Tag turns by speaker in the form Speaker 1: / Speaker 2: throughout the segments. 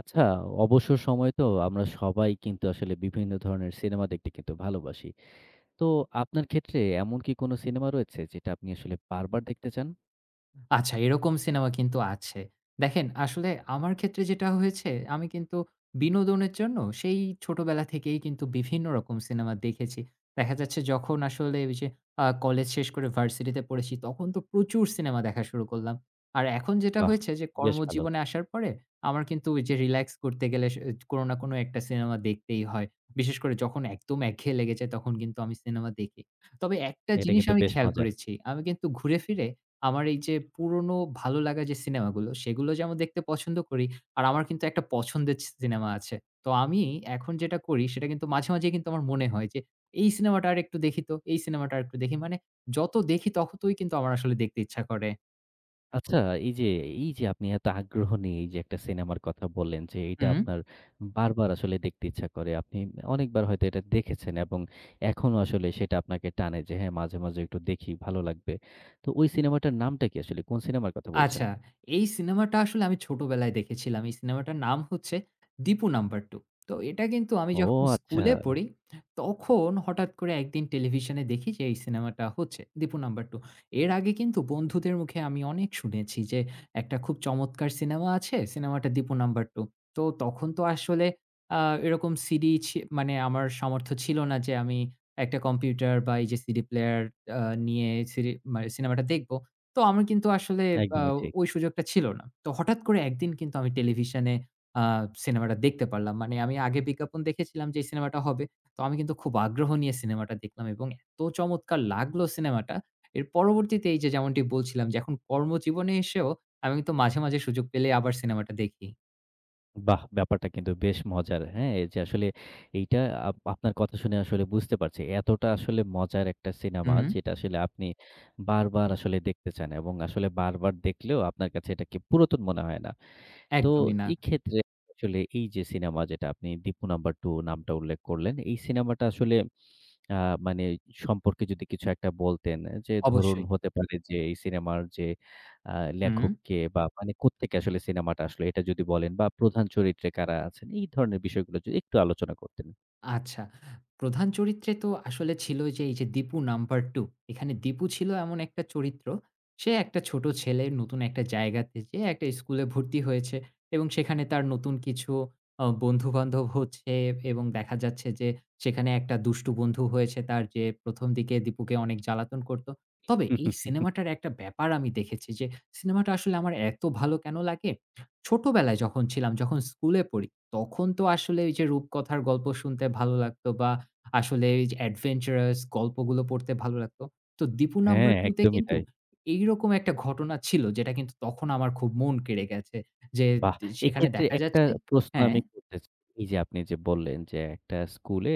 Speaker 1: আচ্ছা, অবসর সময় তো আমরা সবাই কিন্তু আসলে বিভিন্ন ধরনের সিনেমা দেখতে কিন্তু ভালোবাসি। তো আপনার ক্ষেত্রে এমন কি কোনো সিনেমা রয়েছে যেটা আপনি আসলে বারবার দেখতে চান?
Speaker 2: আচ্ছা, এরকম সিনেমা কিন্তু আছে। দেখেন আসলে আমার ক্ষেত্রে যেটা হয়েছে, আমি কিন্তু বিনোদনের জন্য সেই ছোটবেলা থেকেই কিন্তু বিভিন্ন রকম সিনেমা দেখেছি। দেখা যাচ্ছে যখন আসলে ওই যে কলেজ শেষ করে ভার্সিটিতে পড়েছি, তখন তো প্রচুর সিনেমা দেখা শুরু করলাম। আর এখন যেটা
Speaker 1: বাহ!
Speaker 2: হয়েছে যে
Speaker 1: বেশ ভালো।
Speaker 2: কর্মজীবনে আসার পরে আমার কিন্তু ওই যে রিল্যাক্স করতে গেলে কোন না কোন একটা সিনেমা দেখতেই হয়। বিশেষ করে যখন একদম একঘেয়ে লেগে যায় তখন কিন্তু আমি সিনেমা দেখি। তবে একটা
Speaker 1: এটা
Speaker 2: জিনিস
Speaker 1: কিন্তু
Speaker 2: আমি
Speaker 1: বেশ
Speaker 2: খেয়াল
Speaker 1: মজার।
Speaker 2: করেছি, আমি কিন্তু ঘুরে ফিরে আমার এই যে পুরনো ভালো লাগা যে সিনেমাগুলো, সেগুলো যেমন দেখতে পছন্দ করি, আর আমার কিন্তু একটা পছন্দের সিনেমা আছে। তো আমি এখন যেটা করি, সেটা কিন্তু মাঝে, মাঝে কিন্তু আমার মনে হয় যে, "এই সিনেমাটা আরেকটু দেখি তো, এই সিনেমাটা আরেকটু দেখি।" মানে যত দেখি ততই কিন্তু আমার আসলে দেখতে ইচ্ছা করে।
Speaker 1: আচ্ছা, এই যে এই যে আপনি এত আগ্রহ নিয়ে এই যে একটা সিনেমার কথা বললেন যে এটা
Speaker 2: হুম।
Speaker 1: আপনার বারবার আসলে দেখতে ইচ্ছা করে। আপনি অনেকবার হয়তো এটা দেখেছেন এবং এখনো আসলে সেটা আপনাকে টানে যে হ্যাঁ, মাঝে, মাঝে একটু দেখি ভালো লাগবে। তো ওই সিনেমাটার নামটা কি আসলে? কোন সিনেমার কথা বলছেন?
Speaker 2: আচ্ছা, এই সিনেমাটা আসলে আমি ছোটবেলায় দেখেছিলাম। এই সিনেমাটার নাম হচ্ছে 'দীপু নাম্বার টু।' তো এটা কিন্তু আমি
Speaker 1: ও
Speaker 2: যখন
Speaker 1: আচ্ছা।
Speaker 2: স্কুলে পড়ি, তখন হঠাৎ করে একদিন টেলিভিশনে দেখি যে এই সিনেমাটা হচ্ছে 'দীপু নাম্বার টু।' এর আগে কিন্তু বন্ধুদের মুখে আমি অনেক শুনেছি যে একটা খুব চমৎকার সিনেমা আছে, সিনেমাটা 'দীপু নাম্বার টু।' তো তখন তো আসলে আ এরকম সিডি মানে আমার সামর্থ্য ছিল না যে আমি একটা কম্পিউটার বা এই যে সিডি প্লেয়ার আ নিয়ে সিডি মানে সিনেমাটা দেখব। তো আমার কিন্তু আসলে আ
Speaker 1: একদমই ঠিক।
Speaker 2: ওই সুযোগটা ছিল না। তো হঠাৎ করে একদিন কিন্তু আমি টেলিভিশনে আ সিনেমাটা দেখতে পারলাম। মানে আমি আগে বিজ্ঞাপন দেখেছিলাম যে এই সিনেমাটা হবে। তো আমি কিন্তু খুব আগ্রহ নিয়ে সিনেমাটা দেখলাম এবং এত চমৎকার লাগলো সিনেমাটা। এর পরবর্তীতে এই যে যেমনটি বলছিলাম যে এখন কর্মজীবনে এসেও আমি কিন্তু মাঝে, মাঝে সুযোগ পেলে আবার সিনেমাটা দেখি।
Speaker 1: বাহ! ব্যাপারটা কিন্তু বেশ মজার। হ্যাঁ? এই যে আসলে এইটা আপনার কথা শুনে আসলে বুঝতে পারছি। এতটা আসলে মজার একটা সিনেমা
Speaker 2: হুম,
Speaker 1: যেটা আসলে আপনি বারবার আসলে দেখতে চান এবং আসলে বারবার দেখলেও আপনার কাছে এটাকে পুরাতন মনে হয় না। তো
Speaker 2: একদমই না।
Speaker 1: এই ক্ষেত্রে আসলে এই যে সিনেমা যেটা আপনি 'দীপু নাম্বার 2' নামটা উল্লেখ করলেন। এই সিনেমাটা আসলে আ মানে সম্পর্কে যদি কিছু একটা বলতেন যে ধরুন
Speaker 2: অবশ্যই।
Speaker 1: হতে পারে যে এই সিনেমার যে আ
Speaker 2: হুম।
Speaker 1: লেখক কে বা মানে কোত্থেকে আসলে সিনেমাটা আসলো এটা যদি বলেন বা প্রধান চরিত্রে কারা আছেন এই ধরনের বিষয়গুলো যদি একটু আলোচনা করতেন।
Speaker 2: আচ্ছা। প্রধান চরিত্রে তো আসলে ছিল যে এই যে দীপু নাম্বার 2। এখানে দীপু ছিল এমন একটা চরিত্র। সে একটা ছোট ছেলে নতুন একটা জায়গাতে যেয়ে একটা স্কুলে ভর্তি হয়েছে এবং সেখানে তার নতুন কিছু বন্ধু-বান্ধব হচ্ছে এবং দেখা যাচ্ছে যে সেখানে একটা দুষ্টু বন্ধু হয়েছে তার যে ১ম দিকে দীপুকে অনেক জ্বালাতন করত। তবে এই সিনেমাটার একটা ব্যাপার আমি দেখেছি যে সিনেমাটা আসলে আমার এত ভালো কেন লাগে? ছোটবেলায় যখন ছিলাম, যখন স্কুলে পড়ি তখন তো আসলে ওই যে রূপকথার গল্প শুনতে ভালো লাগতো বা আসলে এই যে অ্যাডভেঞ্চারাস গল্পগুলো পড়তে ভালো লাগতো। তো দীপু নাম্বার
Speaker 1: হ্যাঁ,
Speaker 2: 2 তে
Speaker 1: একদমই
Speaker 2: কিন্তু
Speaker 1: তাই।
Speaker 2: এইরকম একটা ঘটনা ছিল যেটা কিন্তু তখন আমার খুব মন কেড়ে গেছে। যে
Speaker 1: বাহ!
Speaker 2: সেখানে
Speaker 1: এক্ষেত্রে
Speaker 2: দেখা
Speaker 1: একটা
Speaker 2: যাচ্ছে।
Speaker 1: প্রশ্ন
Speaker 2: হ্যাঁ,
Speaker 1: আমি করতে চাই। এই যে আপনি যে বললেন যে একটা স্কুলে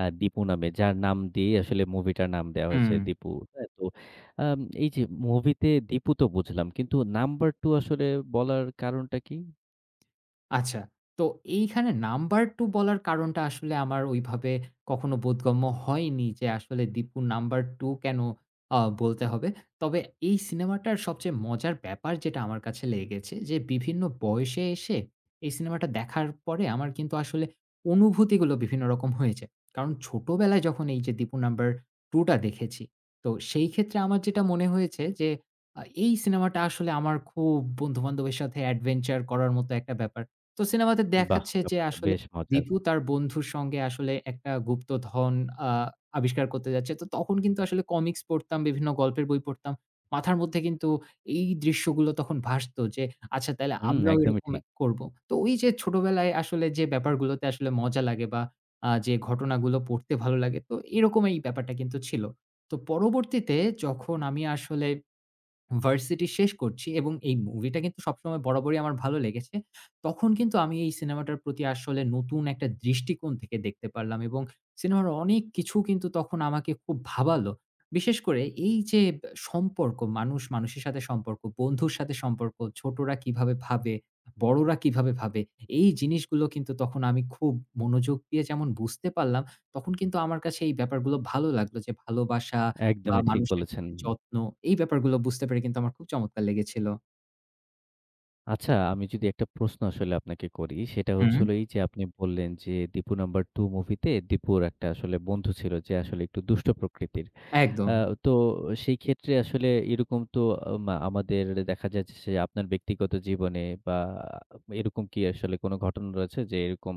Speaker 1: দীপু নামে যার নাম দিয়েই আসলে মুভিটার নাম দেওয়া
Speaker 2: হুম।
Speaker 1: হয়েছে দীপু। হ্যাঁ? তো এই যে মুভিতে দীপু তো বুঝলাম কিন্তু নাম্বার 2 আসলে বলার কারণটা কি?
Speaker 2: আচ্ছা। তো এইখানে নাম্বার 2 বলার কারণটা আসলে আমার ওইভাবে কখনো বোধগম্য হয়নি যে আসলে দীপু নাম্বার 2 কেন বলতে হবে। তবে এই সিনেমাটার সবচেয়ে মজার ব্যাপার যেটা আমার কাছে লেগেছে যে বিভিন্ন বয়সে এসে এই সিনেমাটা দেখার পরে আমার কিন্তু আসলে অনুভূতিগুলো বিভিন্ন রকম হয়েছে। কারণ ছোটবেলায় যখন এই যে দীপু নাম্বার 2 টা দেখেছি, তো সেই ক্ষেত্রে আমার যেটা মনে হয়েছে যে এই সিনেমাটা আসলে আমার খুব বন্ধু-বান্ধবের সাথে অ্যাডভেঞ্চার করার মতো একটা ব্যাপার। তো সিনেমাতে
Speaker 1: বাহ!
Speaker 2: দেখাচ্ছে যে
Speaker 1: ব্যাপারটা
Speaker 2: আসলে
Speaker 1: বেশ মজার।
Speaker 2: দীপু তার বন্ধুর সঙ্গে আসলে একটা গুপ্তধন আ আবিষ্কার করতে যাচ্ছে। তো তখন কিন্তু আসলে কমিক্স পড়তাম, বিভিন্ন গল্পের বই পড়তাম। মাথার মধ্যে কিন্তু এই দৃশ্যগুলো তখন ভাসতো যে আচ্ছা তাইলে
Speaker 1: হুম,
Speaker 2: আমরাও
Speaker 1: একদমই
Speaker 2: এরকম
Speaker 1: ঠিক।
Speaker 2: করব। তো ওই যে ছোটবেলায় আসলে যে ব্যাপারগুলোতে আসলে মজা লাগে বা যে ঘটনাগুলো পড়তে ভালো লাগে তো এরকম এই ব্যাপারটা কিন্তু ছিল। তো পরবর্তীতে যখন আমি আসলে ভার্সিটি শেষ করছি এবং এই মুভিটা কিন্তু সবসময় বরাবরই আমার ভালো লেগেছে। তখন কিন্তু আমি এই সিনেমাটার প্রতি আসলে নতুন একটা দৃষ্টিকোণ থেকে দেখতে পারলাম এবং সিনেমার অনেক কিছু কিন্তু তখন আমাকে খুব ভাবালো। বিশেষ করে এই যে সম্পর্ক, মানুষ মানুষের সাথে সম্পর্ক, বন্ধুর সাথে সম্পর্ক, ছোটরা কিভাবে ভাবে, বড়রা কিভাবে ভাবে, এই জিনিসগুলো কিন্তু তখন আমি খুব মনোযোগ দিয়ে যেমন বুঝতে পারলাম, তখন কিন্তু আমার কাছে এই ব্যাপারগুলো ভালো লাগলো যে ভালোবাসা বা
Speaker 1: একদমই ঠিক
Speaker 2: মানুষের
Speaker 1: বলেছেন।
Speaker 2: প্রতি যত্ন, এই ব্যাপারগুলো বুঝতে পেরে কিন্তু আমার খুব চমৎকার লেগেছিল।
Speaker 1: আচ্ছা, আমি যদি একটা প্রশ্ন আসলে আপনাকে করি, সেটা
Speaker 2: হুম,
Speaker 1: হচ্ছে হলো এই যে আপনি বললেন যে, 'দীপু নাম্বার টু' মুভিতে দীপুর একটা আসলে বন্ধু ছিল যে আসলে একটু দুষ্ট প্রকৃতির।
Speaker 2: একদম।
Speaker 1: আ তো সেই ক্ষেত্রে আসলে এরকম তো আমাদের দেখা যাচ্ছে যে আপনার ব্যক্তিগত জীবনে বা এরকম কি আসলে কোনো ঘটনা রয়েছে যে এরকম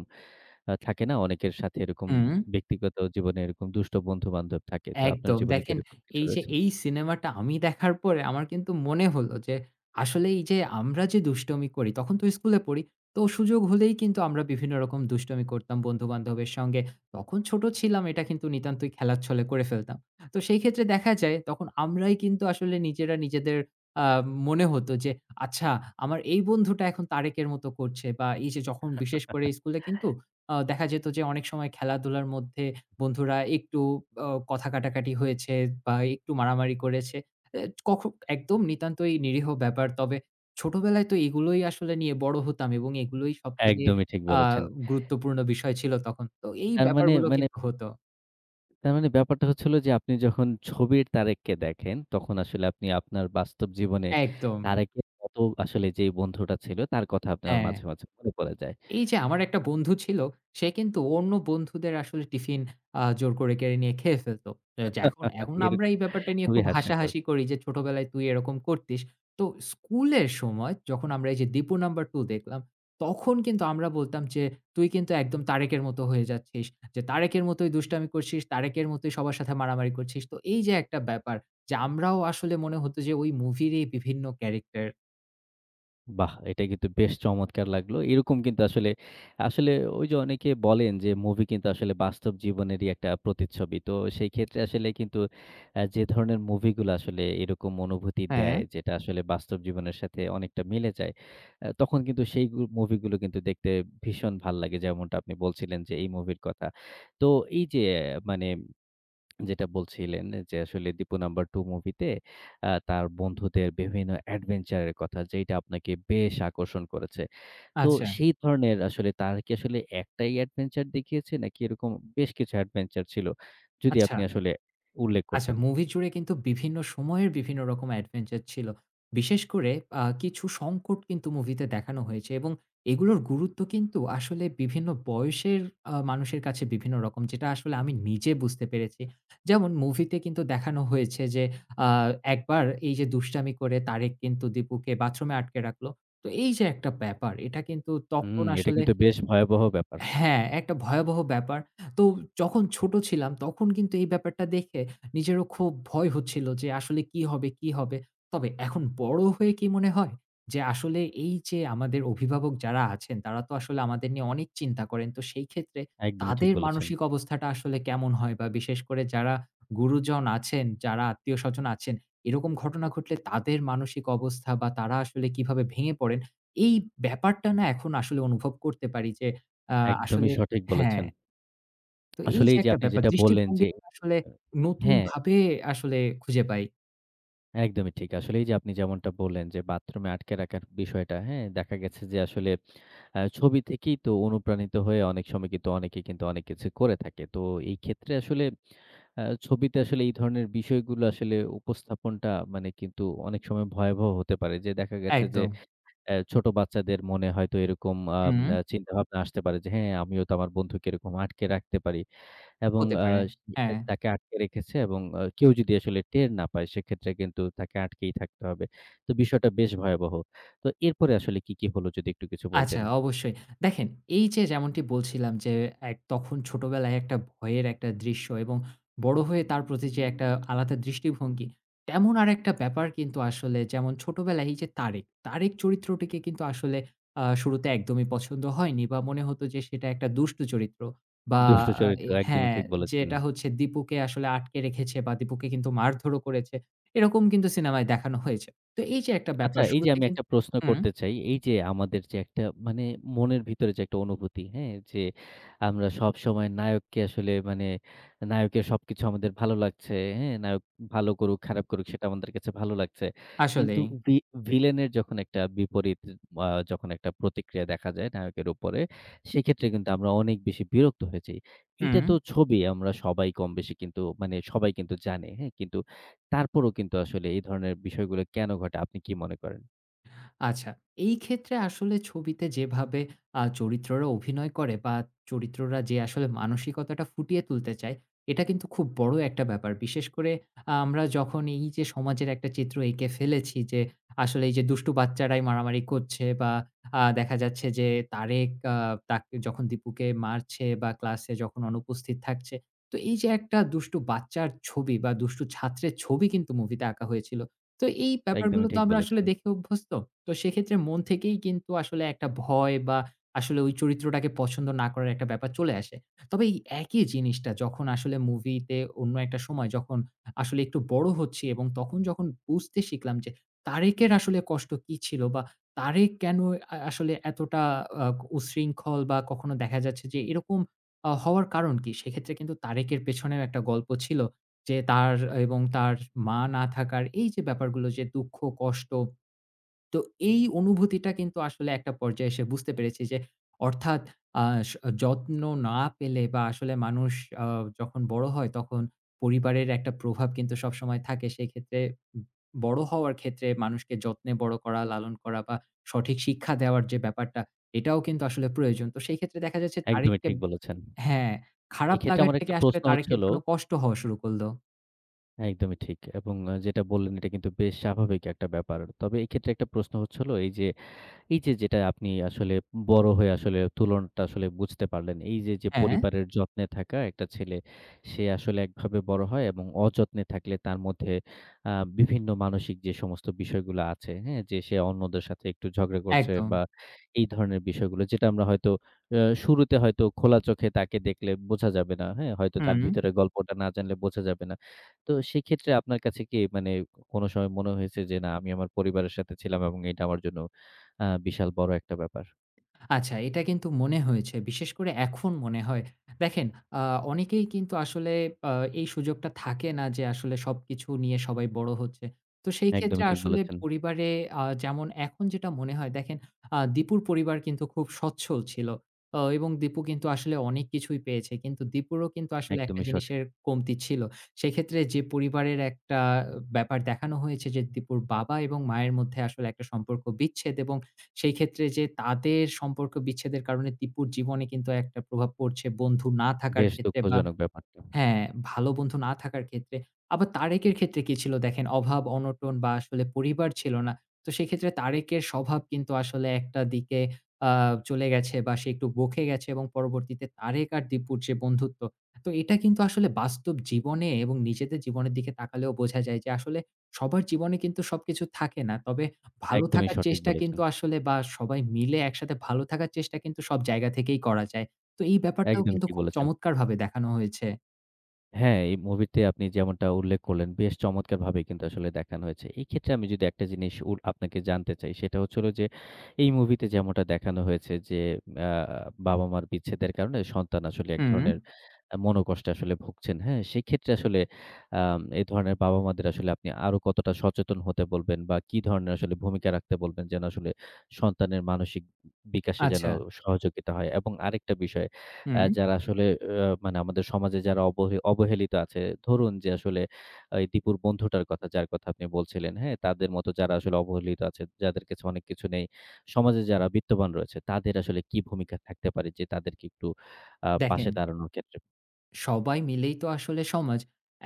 Speaker 1: থাকে না অনেকের সাথে এরকম
Speaker 2: হুম।
Speaker 1: ব্যক্তিগত জীবনে এরকম দুষ্ট বন্ধু-বান্ধব থাকে। তো আপনার
Speaker 2: একদম।
Speaker 1: জীবনে কি
Speaker 2: দেখেন
Speaker 1: এরকম কিছু
Speaker 2: এই যে
Speaker 1: রয়েছে?
Speaker 2: এই সিনেমাটা আমি দেখার পরে আমার কিন্তু মনে হলো যে আসলে এই যে আমরা যে দুষ্টুমি করি তখন তো স্কুলে পড়ি। তো সুযোগ হলেই কিন্তু আমরা বিভিন্ন রকম দুষ্টুমি করতাম বন্ধু-বান্ধবের সঙ্গে। তখন ছোট ছিলাম এটা কিন্তু নিতান্তই খেলার ছলে করে ফেলতাম। তো সেই ক্ষেত্রে দেখা যায় তখন আমরাই কিন্তু আসলে নিজেরা নিজেদের আ মনে হতো যে আচ্ছা আমার এই বন্ধুটা এখন তারেকের মতো করছে বা এই যে যখন বিশেষ করে স্কুলে কিন্তু দেখা যেত যে অনেক সময় খেলাধুলার মধ্যে বন্ধুরা একটু কথা কাটাকাটি হয়েছে বা একটু মারামারি করেছে। এ কখ একদম নিতান্তই নিরীহ ব্যাপার। তবে ছোটবেলায় তো এগুলোই আসলে নিয়ে বড় হতাম এবং এগুলোই সবথেকে
Speaker 1: একদমই ঠিক
Speaker 2: আ
Speaker 1: বলেছেন।
Speaker 2: গুরুত্বপূর্ণ বিষয় ছিল তখন। তো এই
Speaker 1: তার মানে
Speaker 2: ব্যাপারগুলো
Speaker 1: মানে
Speaker 2: কিন্তু হতো।
Speaker 1: তার মানে ব্যাপারটা হচ্ছে হলো যে আপনি যখন ছবির তারেককে দেখেন, তখন আসলে আপনি আপনার বাস্তব জীবনে
Speaker 2: একদম।
Speaker 1: তারেকের মতো আসলে যেই বন্ধুটা ছিল, তার কথা আপনার
Speaker 2: হ্যাঁ।
Speaker 1: মাঝে, মাঝে মনে পড়ে যায়।
Speaker 2: এই যে আমার একটা বন্ধু ছিল, সে কিন্তু অন্য বন্ধুদের আসলে টিফিন জোর করে কেড়ে নিয়ে খেয়ে ফেলত। এ যে এখন এখন আমরা
Speaker 1: এরকম
Speaker 2: এই ব্যাপারটা নিয়ে
Speaker 1: খুবই
Speaker 2: খুব
Speaker 1: হাস্যকর।
Speaker 2: হাসাহাসি করি যে, "ছোটবেলায় তুই এরকম করতিস।" তো স্কুলের সময় যখন আমরা এই যে 'দীপু নাম্বার টু' দেখলাম, তখন কিন্তু আমরা বলতাম যে, "তুই কিন্তু একদম তারেকের মতো হয়ে যাচ্ছিস। যে তারেকের মতোই দুষ্টামি করছিস, তারেকের মতোই সবার সাথে মারামারি করছিস।" তো এই যে একটা ব্যাপার যে আমরাও আসলে মনে হতো যে ওই মুভির এই বিভিন্ন ক্যারেক্টার।
Speaker 1: বাহ! এটা কিন্তু বেশ চমৎকার লাগলো। এরকম কিন্তু আসলে ওই যে অনেকে বলেন যে মুভি কিন্তু আসলে বাস্তব জীবনেরই একটা প্রতিচ্ছবি। তো সেই ক্ষেত্রে আসলে কিন্তু যে ধরনের মুভিগুলো আসলে এরকম অনুভূতি
Speaker 2: হ্যাঁ,
Speaker 1: দেয় যেটা আসলে বাস্তব জীবনের সাথে অনেকটা মিলে যায়, তখন কিন্তু সেই মুভিগুলো কিন্তু দেখতে ভীষণ ভাল লাগে যেমনটা আপনি বলছিলেন যে এই মুভির কথা। তো এই যে মানে যেটা বলছিলেন যে আসলে দীপু নাম্বার 2 মুভিতে তার বন্ধুদের বিভিন্ন অ্যাডভেঞ্চার এর কথা যেটা আপনাকে বেশ আকর্ষণ করেছে। তো
Speaker 2: আচ্ছা,
Speaker 1: সেই ধরনের আসলে তার কি আসলে একটাই অ্যাডভেঞ্চার দেখিয়েছে নাকি এরকম বেশ কিছু অ্যাডভেঞ্চার ছিল? যদি
Speaker 2: আচ্ছা।
Speaker 1: আপনি আসলে উল্লেখ
Speaker 2: আচ্ছা,
Speaker 1: করতেন।
Speaker 2: মুভি জুড়ে কিন্তু বিভিন্ন সময়ের বিভিন্ন রকম অ্যাডভেঞ্চার ছিল। বিশেষ করে কিছু সংকট কিন্তু মুভিতে দেখানো হয়েছে এবং এগুলোর গুরুত্ব কিন্তু আসলে বিভিন্ন বয়সের মানুষের কাছে বিভিন্ন রকম। যেটা আসলে আমি নিজে বুঝতে পেরেছি। যেমন মুভিতে কিন্তু দেখানো হয়েছে যে আ একবার এই যে দুষ্টামি করে তারেক কিন্তু দীপুকে বাথরুমে আটকে রাখলো। তো এই যে একটা ব্যাপার এটা কিন্তু তখন
Speaker 1: হুম, এটা
Speaker 2: আসলে
Speaker 1: কিন্তু বেশ ভয়াবহ ব্যাপার।
Speaker 2: হ্যাঁ, একটা ভয়াবহ ব্যাপার। তো যখন ছোট ছিলাম তখন কিন্তু এই ব্যাপারটা দেখে নিজেরও খুব ভয় হচ্ছিল যে আসলে কি হবে, কি হবে? তবে এখন বড় হয়ে কি মনে হয়? যে আসলে এই যে আমাদের অভিভাবক যারা আছেন তারা তো আসলে আমাদের নিয়ে অনেক চিন্তা করেন। তো সেই ক্ষেত্রে
Speaker 1: একদমই ঠিক
Speaker 2: তাদের
Speaker 1: বলেছেন।
Speaker 2: মানসিক অবস্থাটা আসলে কেমন হয়? বা বিশেষ করে যারা গুরুজন আছেন, যারা আত্মীয়স্বজন আছেন, এরকম ঘটনা ঘটলে তাদের মানসিক অবস্থা বা তারা আসলে কিভাবে ভেঙে পড়েন? এই ব্যাপারটা না এখন আসলে অনুভব করতে পারি যে আ
Speaker 1: একদমই
Speaker 2: আসলে
Speaker 1: সঠিক
Speaker 2: হ্যাঁ,
Speaker 1: বলেছেন।
Speaker 2: তো এই যে
Speaker 1: আসলেই যে
Speaker 2: একটা
Speaker 1: আপনি
Speaker 2: ব্যাপার
Speaker 1: যেটা বললেন
Speaker 2: দৃষ্টিভঙ্গি
Speaker 1: যে
Speaker 2: আসলে
Speaker 1: হ্যাঁ।
Speaker 2: নতুনভাবে আসলে খুঁজে পাই।
Speaker 1: একদমই ঠিক। আসলে এই যে আপনি যেমনটা বললেন যে বাথরুমে আটকে রাখার বিষয়টা, হ্যাঁ? দেখা গেছে যে আসলে ছবি থেকেই তো অনুপ্রাণিত হয়ে অনেক সময় কিন্তু অনেকে কিন্তু অনেক কিছু করে থাকে। তো এই ক্ষেত্রে আসলে ছবিতে আসলে এই ধরনের বিষয়গুলো আসলে উপস্থাপনটা মানে কিন্তু অনেক সময় ভয়াবহ হতে পারে। যে দেখা গেছে যে
Speaker 2: একদম।
Speaker 1: ছোট বাচ্চাদের মনে হয়তো এরকম আম
Speaker 2: হুম,
Speaker 1: আ চিন্তাভাবনা আসতে পারে যে, "হ্যাঁ, আমিও তো আমার বন্ধুকে এরকম আটকে রাখতে পারি।" এবং
Speaker 2: হতে পারে।
Speaker 1: সে
Speaker 2: হ্যাঁ।
Speaker 1: তাকে আটকে রেখেছে এবং কেউ যদি আসলে টের না পায় সেক্ষেত্রে কিন্তু তাকে আটকেই থাকতে হবে। তো বিষয়টা বেশ ভয়াবহ। তো এরপরে আসলে কি, কি হলো যদি একটু কিছু
Speaker 2: আচ্ছা,
Speaker 1: বলতেন?
Speaker 2: অবশ্যই। দেখেন এই যে যেমনটি বলছিলাম যে এক তখন ছোটবেলায় একটা ভয়ের একটা দৃশ্য এবং বড় হয়ে তার প্রতি যে একটা আলাদা দৃষ্টিভঙ্গি, তেমন আরেকটা ব্যাপার কিন্তু আসলে যেমন ছোটবেলায় এই যে 'তারেক', 'তারেক' চরিত্রটিকে কিন্তু আসলে শুরুতে একদমই পছন্দ হয়নি বা মনে হতো যে সেটা একটা দুষ্টু চরিত্র বা
Speaker 1: দুষ্ট
Speaker 2: আ এ
Speaker 1: চরিত্র একদমই
Speaker 2: হ্যাঁ,
Speaker 1: ঠিক বলেছেন।
Speaker 2: যেটা হচ্ছে দীপুকে আসলে আটকে রেখেছে বা দীপুকে কিন্তু মারধরও করেছে। এরকম কিন্তু সিনেমায় দেখানো হয়েছে। তো এই যে একটা
Speaker 1: আচ্ছা
Speaker 2: ব্যাপার
Speaker 1: এই যে
Speaker 2: শুরুতে
Speaker 1: আমি একটা প্রশ্ন
Speaker 2: হুম,
Speaker 1: করতে চাই। এই যে আমাদের যে একটা মানে মনের ভিতরে যে একটা অনুভূতি, হ্যাঁ? যে আমরা সবসময় নায়ককে আসলে মানে নায়কের সবকিছু আমাদের ভালো লাগছে, হ্যাঁ? নায়ক ভালো করুক, খারাপ করুক সেটা আমাদের কাছে ভালো লাগছে। কিন্তু
Speaker 2: আসলেই।
Speaker 1: ভি ভিলেনের যখন একটা বিপরীত যখন একটা প্রতিক্রিয়া দেখা যায় নায়কের উপরে, সেক্ষেত্রে কিন্তু আমরা অনেক বেশি বিরক্ত হয়ে যাই। এইটা
Speaker 2: হুম।
Speaker 1: তো ছবি আমরা সবাই কম বেশি কিন্তু মানে সবাই কিন্তু জানে, হ্যাঁ? কিন্তু তারপরও কিন্তু আসলে এই ধরনের বিষয়গুলো কেন ঘটে আপনি কি মনে করেন?
Speaker 2: আচ্ছা, এই ক্ষেত্রে আসলে ছবিতে যেভাবে চরিত্ররা অভিনয় করে বা চরিত্ররা যে আসলে মানসিকতাটা ফুটিয়ে তুলতে চায়, এটা কিন্তু খুব বড় একটা ব্যাপার। বিশেষ করে আহ, আমরা যখন এই যে সমাজের একটা চিত্র এঁকে ফেলেছি যে, আসলে এই যে দুষ্টু বাচ্চারাই মারামারি করছে বা দেখা যাচ্ছে যে তারেক তাকে যখন দীপুকে মারছে বা ক্লাসে যখন অনুপস্থিত থাকছে। তো এই যে একটা দুষ্টু বাচ্চার ছবি বা দুষ্টু ছাত্রের ছবি কিন্তু মুভিতে আঁকা হয়েছিল। তো এই ব্যাপারগুলো
Speaker 1: একদমই
Speaker 2: তো
Speaker 1: ঠিক
Speaker 2: আমরা আসলে
Speaker 1: বলেছেন,
Speaker 2: দেখে অভ্যস্ত। তো সেক্ষেত্রে মন থেকেই কিন্তু আসলে একটা ভয় বা আসলে ওই চরিত্রটাকে পছন্দ না করার একটা ব্যাপার চলে আসে। তবে এই একই জিনিসটা যখন আসলে মুভিতে অন্য একটা সময় যখন আসলে একটু বড় হচ্ছি এবং তখন যখন বুঝতে শিখলাম যে তারেকের আসলে কষ্ট কি ছিল বা তারেক কেন আসলে এতটা আ উশৃঙ্খল বা কখনো দেখা যাচ্ছে যে এরকম হওয়ার কারণ কি? সেক্ষেত্রে কিন্তু তারেকের পেছনেও একটা গল্প ছিল যে তার এবং তার মা না থাকার এই যে ব্যাপারগুলো যে দুঃখ, কষ্ট, তো এই অনুভূতিটা কিন্তু আসলে একটা পর্যায়ে এসে বুঝতে পেরেছি যে অর্থাৎ আ স যত্ন না পেলে বা আসলে মানুষ আ যখন বড় হয় তখন পরিবারের একটা প্রভাব কিন্তু সবসময় থাকে। সেক্ষেত্রে বড় হওয়ার ক্ষেত্রে মানুষকে যত্নে বড় করা, লালন করা বা সঠিক শিক্ষা দেওয়ার যে ব্যাপারটা এটাও কিন্তু আসলে প্রয়োজন। তো সেই ক্ষেত্রে দেখা যাচ্ছে
Speaker 1: একদমই
Speaker 2: তারেককে
Speaker 1: ঠিক বলেছেন।
Speaker 2: হ্যাঁ, খারাপ
Speaker 1: এক্ষেত্রে
Speaker 2: লাগার
Speaker 1: আমার
Speaker 2: থেকে
Speaker 1: একটা
Speaker 2: আসলে
Speaker 1: প্রশ্ন হচ্ছে
Speaker 2: তারেকের
Speaker 1: হলো
Speaker 2: জন্য কষ্ট হওয়া শুরু করল।
Speaker 1: একদমই ঠিক এবং যেটা বললেন এটা কিন্তু বেশ স্বাভাবিক একটা ব্যাপার। তবে এক্ষেত্রে একটা প্রশ্ন হচ্ছে হলো এই যে যেটা আপনি আসলে বড় হয়ে আসলে তুলনাটা আসলে বুঝতে পারলেন। এই যে, যে
Speaker 2: হ্যাঁ,
Speaker 1: পরিবারের যত্নে থাকা একটা ছেলে, সে আসলে একভাবে বড় হয় এবং অযত্নে থাকলে তার মধ্যে আ বিভিন্ন মানসিক যে সমস্ত বিষয়গুলো আছে, হ্যাঁ? যে সে অন্যদের সাথে একটু ঝগড়া করছে
Speaker 2: একদম।
Speaker 1: বা এই ধরনের বিষয়গুলো যেটা আমরা হয়তো শুরুতে হয়তো খোলা চোখে তাকে দেখলে বোঝা যাবে না, হ্যাঁ? হয়তো তার
Speaker 2: হুম।
Speaker 1: ভিতরে গল্পটা না জানলে বোঝা যাবে না। তো সেক্ষেত্রে আপনার কাছে কি মানে কোনো সময় মনে হয়েছে যে, "না, আমি আমার পরিবারের সাথে ছিলাম এবং এটা আমার জন্য বিশাল বড় একটা ব্যাপার।
Speaker 2: আচ্ছা, এটা কিন্তু মনে হয়েছে। বিশেষ করে এখন মনে হয়। দেখেন, আ অনেকেই কিন্তু আসলে আ এই সুযোগটা থাকে না যে আসলে সবকিছু নিয়ে সবাই বড় হচ্ছে। তো সেই ক্ষেত্রে
Speaker 1: একদমই ঠিক
Speaker 2: আসলে
Speaker 1: বলেছেন।
Speaker 2: পরিবারে যেমন এখন যেটা মনে হয় দেখেন, দীপুর পরিবার কিন্তু খুব সচ্ছল ছিল। এবং দীপু কিন্তু আসলে অনেক কিছুই পেয়েছে। কিন্তু দীপুরও কিন্তু আসলে একটা
Speaker 1: একদমই সঠিক।
Speaker 2: জিনিসের কমতি ছিল। সেক্ষেত্রে যে পরিবারের একটা ব্যাপার দেখানো হয়েছে যে দীপুর বাবা এবং মায়ের মধ্যে আসলে একটা সম্পর্ক বিচ্ছেদ এবং সেই ক্ষেত্রে যে তাদের সম্পর্ক বিচ্ছেদের কারণে দীপুর জীবনে কিন্তু একটা প্রভাব পড়ছে বন্ধু না থাকার
Speaker 1: বেশ
Speaker 2: ক্ষেত্রে বা
Speaker 1: দুঃখজনক ব্যাপারটা।
Speaker 2: হ্যাঁ, ভালো বন্ধু না থাকার ক্ষেত্রে। আবার 'তারেকের' ক্ষেত্রে কি ছিল দেখেন অভাব, অনটন বা আসলে পরিবার ছিল না। তো সেক্ষেত্রে 'তারেকের' স্বভাব কিন্তু আসলে একটা দিকে আ চলে গেছে বা সে একটু বকে গেছে এবং পরবর্তীতে 'তারেক' আর 'দীপুর' যে বন্ধুত্ব। তো এটা কিন্তু আসলে বাস্তব জীবনে এবং নিজেদের জীবনের দিকে তাকালেও বোঝা যায় যে আসলে সবার জীবনে কিন্তু সবকিছু থাকে না। তবে ভালো
Speaker 1: একদমই
Speaker 2: থাকার
Speaker 1: সঠিক
Speaker 2: চেষ্টা
Speaker 1: বলেছেন।
Speaker 2: কিন্তু আসলে বা সবাই মিলে একসাথে ভালো থাকার চেষ্টা কিন্তু সব জায়গা থেকেই করা যায়। তো এই ব্যাপারটাও
Speaker 1: একদমই
Speaker 2: কিন্তু
Speaker 1: ঠিক
Speaker 2: খুব
Speaker 1: বলেছেন।
Speaker 2: চমৎকারভাবে দেখানো হয়েছে।
Speaker 1: হ্যাঁ, এই মুভিতে আপনি যেমনটা উল্লেখ করলেন, বেশ চমৎকারভাবেই কিন্তু আসলে দেখানো হয়েছে। এই ক্ষেত্রে আমি যদি একটা জিনিস আপনাকে জানতে চাই, সেটা হচ্ছে হলো যে, এই মুভিতে যেমনটা দেখানো হয়েছে যে, আ বাবা-মার বিচ্ছেদের কারণে সন্তান আসলে এক
Speaker 2: হুম,
Speaker 1: ধরনের মনোকষ্টে আসলে ভুগছেন। হ্যাঁ? সেক্ষেত্রে আসলে এই ধরনের বাবা-মাদের আসলে আপনি আরো কতটা সচেতন হতে বলবেন বা কি ধরনের আসলে ভূমিকা রাখতে বলবেন যেন আসলে সন্তানের মানসিক বিকাশে যেন
Speaker 2: আচ্ছা।
Speaker 1: সহযোগিতা হয়? এবং আরেকটা বিষয়
Speaker 2: হুম,
Speaker 1: যারা আসলে মানে আমাদের সমাজে যারা অবহেলিত আছে, ধরুন যে আসলে এই দীপুর বন্ধুটার কথা যার কথা আপনি বলছিলেন, হ্যাঁ? তাদের মতো যারা আসলে অবহেলিত আছে, যাদের কাছে অনেক কিছু নেই, সমাজে যারা বিত্তবান রয়েছে, তাদের আসলে কি ভূমিকা থাকতে পারে যে তাদেরকে একটু
Speaker 2: দেখেন।
Speaker 1: পাশে দাঁড়ানোর ক্ষেত্রে?
Speaker 2: সবাই মিলেই তো আসলে সমাজ।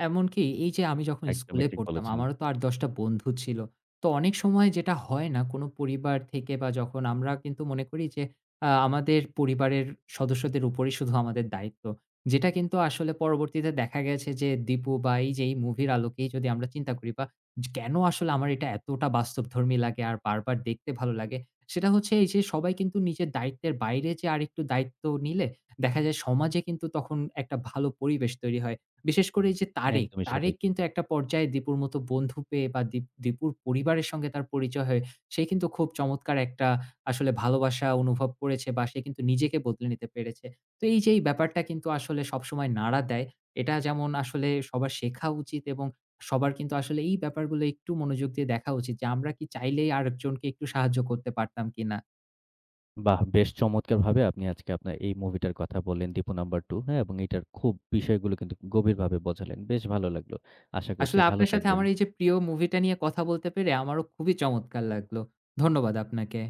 Speaker 2: এমনকি এই যে আমি যখন
Speaker 1: একদমই
Speaker 2: স্কুলে
Speaker 1: ঠিক
Speaker 2: পড়তাম,
Speaker 1: বলেছেন।
Speaker 2: আমারও তো ৮-১০ টা বন্ধু ছিল। তো অনেক সময় যেটা হয় না কোনো পরিবার থেকে বা যখন আমরা কিন্তু মনে করি যে আমাদের পরিবারের সদস্যদের উপরেই শুধু আমাদের দায়িত্ব। যেটা কিন্তু আসলে পরবর্তীতে দেখা গেছে যে দীপু বা এই যে এই মুভির আলোকেই যদি আমরা চিন্তা করি বা কেন আসলে আমার এটা এতটা বাস্তবধর্মী লাগে আর বারবার দেখতে ভালো লাগে? সেটা হচ্ছে এই যে সবাই কিন্তু নিজের দায়িত্বের বাইরে যে আরেকটু দায়িত্ব নিলে দেখা যায় সমাজে কিন্তু তখন একটা ভালো পরিবেশ তৈরি হয়। বিশেষ করে এই যে তারেক,
Speaker 1: একদমই
Speaker 2: তারেক
Speaker 1: সঠিক।
Speaker 2: কিন্তু একটা পর্যায়ে দীপুর মতো বন্ধু পেয়ে বা দীপুর পরিবারের সঙ্গে তার পরিচয় হয়ে সে কিন্তু খুব চমৎকার একটা আসলে ভালোবাসা অনুভব করেছে বা সে কিন্তু নিজেকে বদলে নিতে পেরেছে। তো এই যে এই ব্যাপারটা কিন্তু আসলে সবসময় নাড়া দেয়। এটা যেমন আসলে সবার শেখা উচিত এবং সবার কিন্তু আসলে এই ব্যাপারগুলো একটু মনোযোগ দিয়ে দেখা উচিত যে আমরা কি চাইলেই আরেকজনকে একটু সাহায্য করতে পারতাম কিনা?
Speaker 1: বাহ! বেশ চমৎকারভাবে আপনি আজকে আপনার এই মুভিটার কথা বললেন, 'দীপু নাম্বার টু' হ্যাঁ? এবং এটার খুব বিষয়গুলো কিন্তু গভীরভাবে বোঝালেন। বেশ ভালো লাগলো। আশা করছি
Speaker 2: আসলে
Speaker 1: ভালো
Speaker 2: আপনার সাথে
Speaker 1: থাকবেন।
Speaker 2: আমার এই যে প্রিয় মুভিটা নিয়ে কথা বলতে পেরে আমারও খুবই চমৎকার লাগলো। ধন্যবাদ আপনাকে।